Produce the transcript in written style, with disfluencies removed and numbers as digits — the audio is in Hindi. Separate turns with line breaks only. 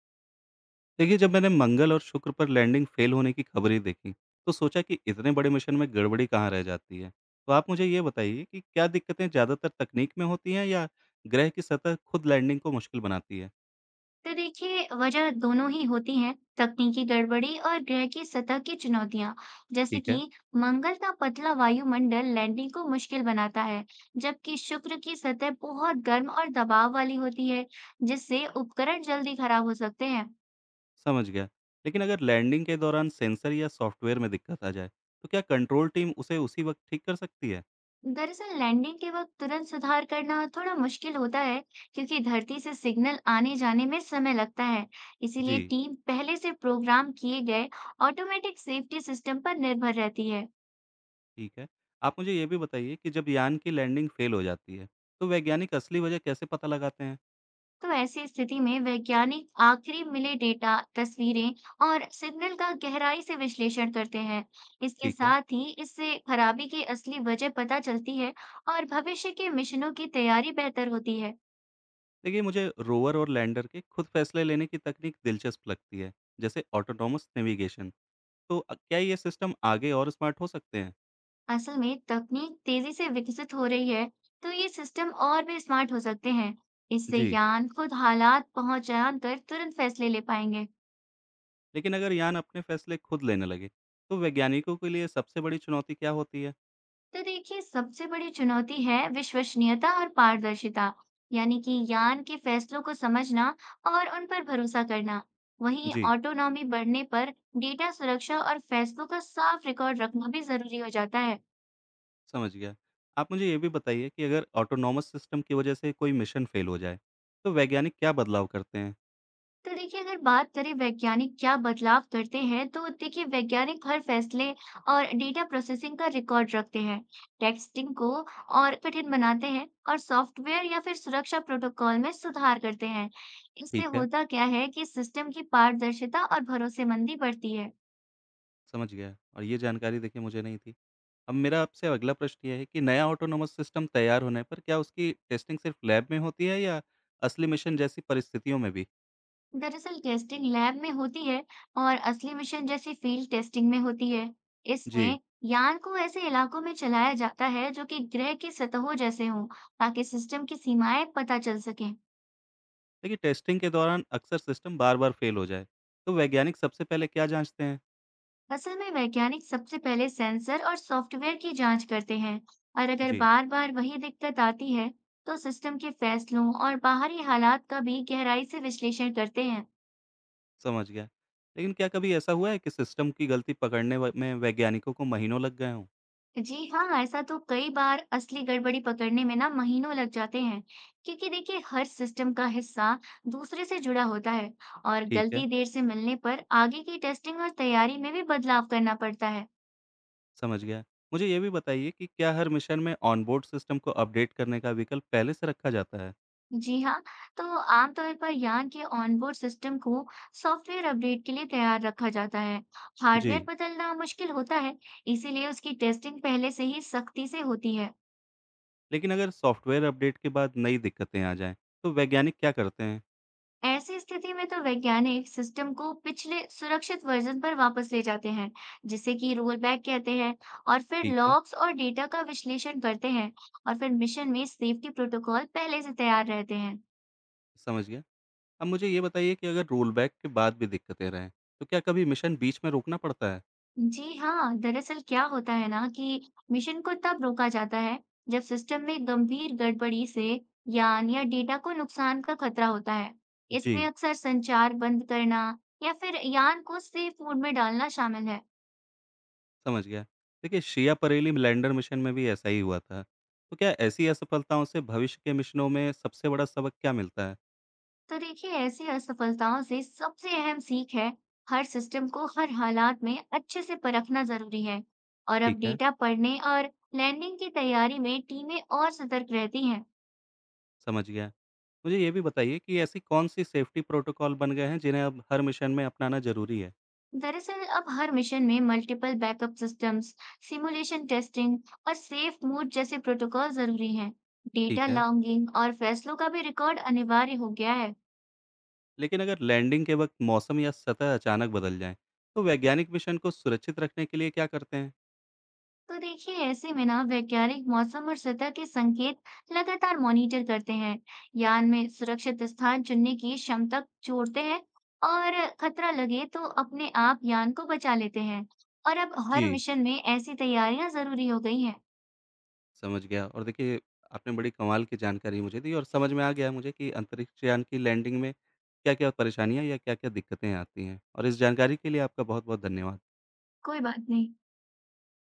देखिए, जब मैंने मंगल और शुक्र पर लैंडिंग फेल होने की खबरें देखी तो सोचा कि इतने बड़े मिशन में गड़बड़ी कहाँ रह जाती है। तो आप मुझे ये बताइए कि क्या दिक्कतें ज़्यादातर तकनीक में होती हैं या ग्रह की सतह खुद लैंडिंग को मुश्किल बनाती है।
तो देखिए वजह दोनों ही होती हैं। तकनीकी गड़बड़ी और ग्रह की सतह की चुनौतियां, जैसे
ठीक
कि
है।
मंगल का पतला वायुमंडल लैंडिंग को मुश्किल बनाता है, जबकि शुक्र की सतह बहुत गर्म और दबाव वाली होती है, जिससे उपकरण जल्दी खराब हो सकते हैं।
समझ गया। लेकिन अगर लैंडिंग के दौरान सेंसर या सॉफ्टवेयर में दिक्कत आ जाए तो क्या कंट्रोल टीम उसे उसी वक्त ठीक कर सकती है?
दरअसल लैंडिंग के वक्त तुरंत सुधार करना थोड़ा मुश्किल होता है, क्योंकि धरती से सिग्नल आने जाने में समय लगता है।
जी।
इसीलिए टीम पहले से प्रोग्राम किए गए ऑटोमेटिक सेफ्टी सिस्टम पर निर्भर रहती है।
ठीक है। आप मुझे ये भी बताइए कि जब यान की लैंडिंग फेल हो जाती है तो वैज्ञानिक असली वजह कैसे पता लगाते हैं।
तो ऐसी स्थिति में वैज्ञानिक आखिरी मिले डेटा, तस्वीरें और सिग्नल का गहराई से विश्लेषण करते हैं। इसके
ठीक है।
साथ ही इससे खराबी की असली वजह पता चलती है और भविष्य के मिशनों की तैयारी बेहतर होती है।
देखिए, मुझे रोवर और लैंडर के खुद फैसले लेने की तकनीक दिलचस्प लगती है, जैसे ऑटोनॉमस नेविगेशन। तो क्या ये सिस्टम आगे और स्मार्ट हो सकते हैं?
असल में तकनीक तेजी से विकसित हो रही है, तो ये सिस्टम और भी स्मार्ट हो सकते हैं। इससे
जी।
यान खुद हालात पहचान कर तुरंत फैसले ले पाएंगे।
लेकिन अगर यान अपने फैसले खुद लेने लगे तो वैज्ञानिकों के लिए सबसे बड़ी चुनौती क्या होती है?
तो देखिए सबसे बड़ी चुनौती है विश्वसनीयता और पारदर्शिता, यानी कि यान के फैसलों को समझना और उन पर भरोसा करना। वहीं
जी।
ऑटोनॉमी बढ़ने पर डेटा सुरक्षा और फैसलों का साफ रिकॉर्ड रखना भी जरूरी हो जाता है।
समझ गया। आप मुझे ये भी बताइए कि अगर ऑटोनॉमस सिस्टम की वजह से कोई मिशन फेल हो जाए तो वैज्ञानिक क्या बदलाव करते हैं।
तो देखिए अगर बात करें वैज्ञानिक क्या बदलाव करते हैं, तो देखिए वैज्ञानिक हर फैसले और डेटा प्रोसेसिंग का रिकॉर्ड रखते हैं। टेक्स्टिंग को और कठिन बनाते हैं और सॉफ्टवेयर या फिर सुरक्षा प्रोटोकॉल में सुधार करते हैं। इससे
ठीक है।
होता क्या है कि सिस्टम की पारदर्शिता और भरोसेमंदी बढ़ती है।
समझ गया। और ये जानकारी, देखिए, मुझे नहीं थी। अब मेरा आपसे अगला प्रश्न ये है कि नया ऑटोनॉमस सिस्टम तैयार होने पर क्या उसकी टेस्टिंग सिर्फ लैब में होती है या असली मिशन जैसी परिस्थितियों में भी?
दरअसल टेस्टिंग लैब में होती है और असली मिशन जैसी फील्ड टेस्टिंग में होती है।
जी।
इसमें यान को ऐसे इलाकों में चलाया जाता है जो कि ग्रह की सतहों जैसे हों, ताकि सिस्टम की सीमाएं पता चल सकें।
देखिए, टेस्टिंग के दौरान अक्सर सिस्टम बार-बार फेल हो जाए, तो वैज्ञानिक सबसे पहले क्या जांचते हैं?
असल में वैज्ञानिक सबसे पहले सेंसर और सॉफ्टवेयर की जांच करते हैं, और अगर
जी।
बार-बार वही दिक्कत आती है, तो सिस्टम के फैसलों और बाहरी हालात का भी गहराई से विश्लेषण करते हैं।
समझ गया। लेकिन क्या कभी ऐसा हुआ है कि सिस्टम की गलती पकड़ने व में वैज्ञानिकों को महीनों लग गए हों?
जी हाँ, ऐसा तो कई बार असली गड़बड़ी पकड़ने में ना महीनों लग जाते हैं, क्योंकि देखिए हर सिस्टम का हिस्सा दूसरे से जुड़ा होता है, और
ठीक है,
गलती देर से मिलने पर आगे की टेस्टिंग और तैयारी में भी बदलाव करना पड़ता है।
समझ गया। मुझे ये भी बताइए कि क्या हर मिशन में ऑनबोर्ड सिस्टम को अपडेट करने का विकल्प पहले से रखा जाता है?
जी हाँ, तो आमतौर पर यान के ऑनबोर्ड सिस्टम को सॉफ्टवेयर अपडेट के लिए तैयार रखा जाता है। हार्डवेयर
जी।
बदलना मुश्किल होता है, इसीलिए उसकी टेस्टिंग पहले से ही सख्ती से होती है।
लेकिन अगर सॉफ्टवेयर अपडेट के बाद नई दिक्कतें आ जाएँ, तो वैज्ञानिक क्या करते हैं?
ऐसी स्थिति में तो वैज्ञानिक सिस्टम को पिछले सुरक्षित वर्जन पर वापस ले जाते हैं, जिसे कि रोल बैक कहते हैं, और फिर
ठीक है,
लॉग्स और डेटा का विश्लेषण करते हैं, और फिर मिशन में सेफ्टी प्रोटोकॉल पहले से तैयार रहते हैं।
समझ गया। अब मुझे ये बताइए कि अगर रोलबैक के बाद भी दिक्कतें रहें, तो क्या कभी मिशन बीच में रोकना पड़ता है?
जी हाँ, दरअसल क्या होता है ना कि मिशन को तब रोका जाता है जब सिस्टम में गंभीर गड़बड़ी से यान या डेटा को नुकसान का खतरा होता है। इसमें
जी।
अक्सर संचार बंद करना या फिर यान को सेफ मोड में डालना शामिल है।
समझ गया। देखिए, शिया बरेली लैंडर मिशन में भी ऐसा ही हुआ था। तो क्या ऐसी असफलताओं से भविष्य के मिशनों में सबसे बड़ा सबक क्या मिलता है?
तो देखिए ऐसी असफलताओं से सबसे अहम सीख है हर सिस्टम को हर हालात में अच्छे से परखना जरूरी है, और अब
ठीक है,
डेटा पढ़ने और लैंडिंग की तैयारी में टीमें और सतर्क रहती हैं।
समझ गया। मुझे ये भी बताइए कि ऐसी कौन-सी सेफ्टी प्रोटोकॉल बन गए हैं जिन्हें अब हर मिशन में अपनाना ज़रूरी है?
दरअसल अब हर मिशन में multiple backup systems, simulation testing और सेफ मोड जैसे प्रोटोकॉल जरूरी हैं। डेटा
ठीक है।
लॉगिंग और फैसलों का भी रिकॉर्ड अनिवार्य हो गया है।
लेकिन अगर लैंडिंग के वक्त मौसम या सतह अचानक बदल जाए तो वैज्ञानिक मिशन को सुरक्षित रखने के लिए क्या करते हैं?
तो देखिए ऐसे में ना वैज्ञानिक मौसम और सतह के संकेत लगातार मॉनिटर करते हैं, यान में सुरक्षित स्थान चुनने की क्षमता जोड़ते हैं, और खतरा लगे तो अपने आप यान को बचा लेते हैं। और अब हर
जी।
मिशन में ऐसी तैयारियां जरूरी हो गई हैं।
समझ गया। और देखिए, आपने बड़ी कमाल की जानकारी मुझे दी और समझ में आ गया मुझे कि अंतरिक्ष यान की लैंडिंग में क्या क्या परेशानियां या क्या क्या दिक्कतें आती हैं। और इस जानकारी के लिए आपका बहुत बहुत धन्यवाद।
कोई बात नहीं।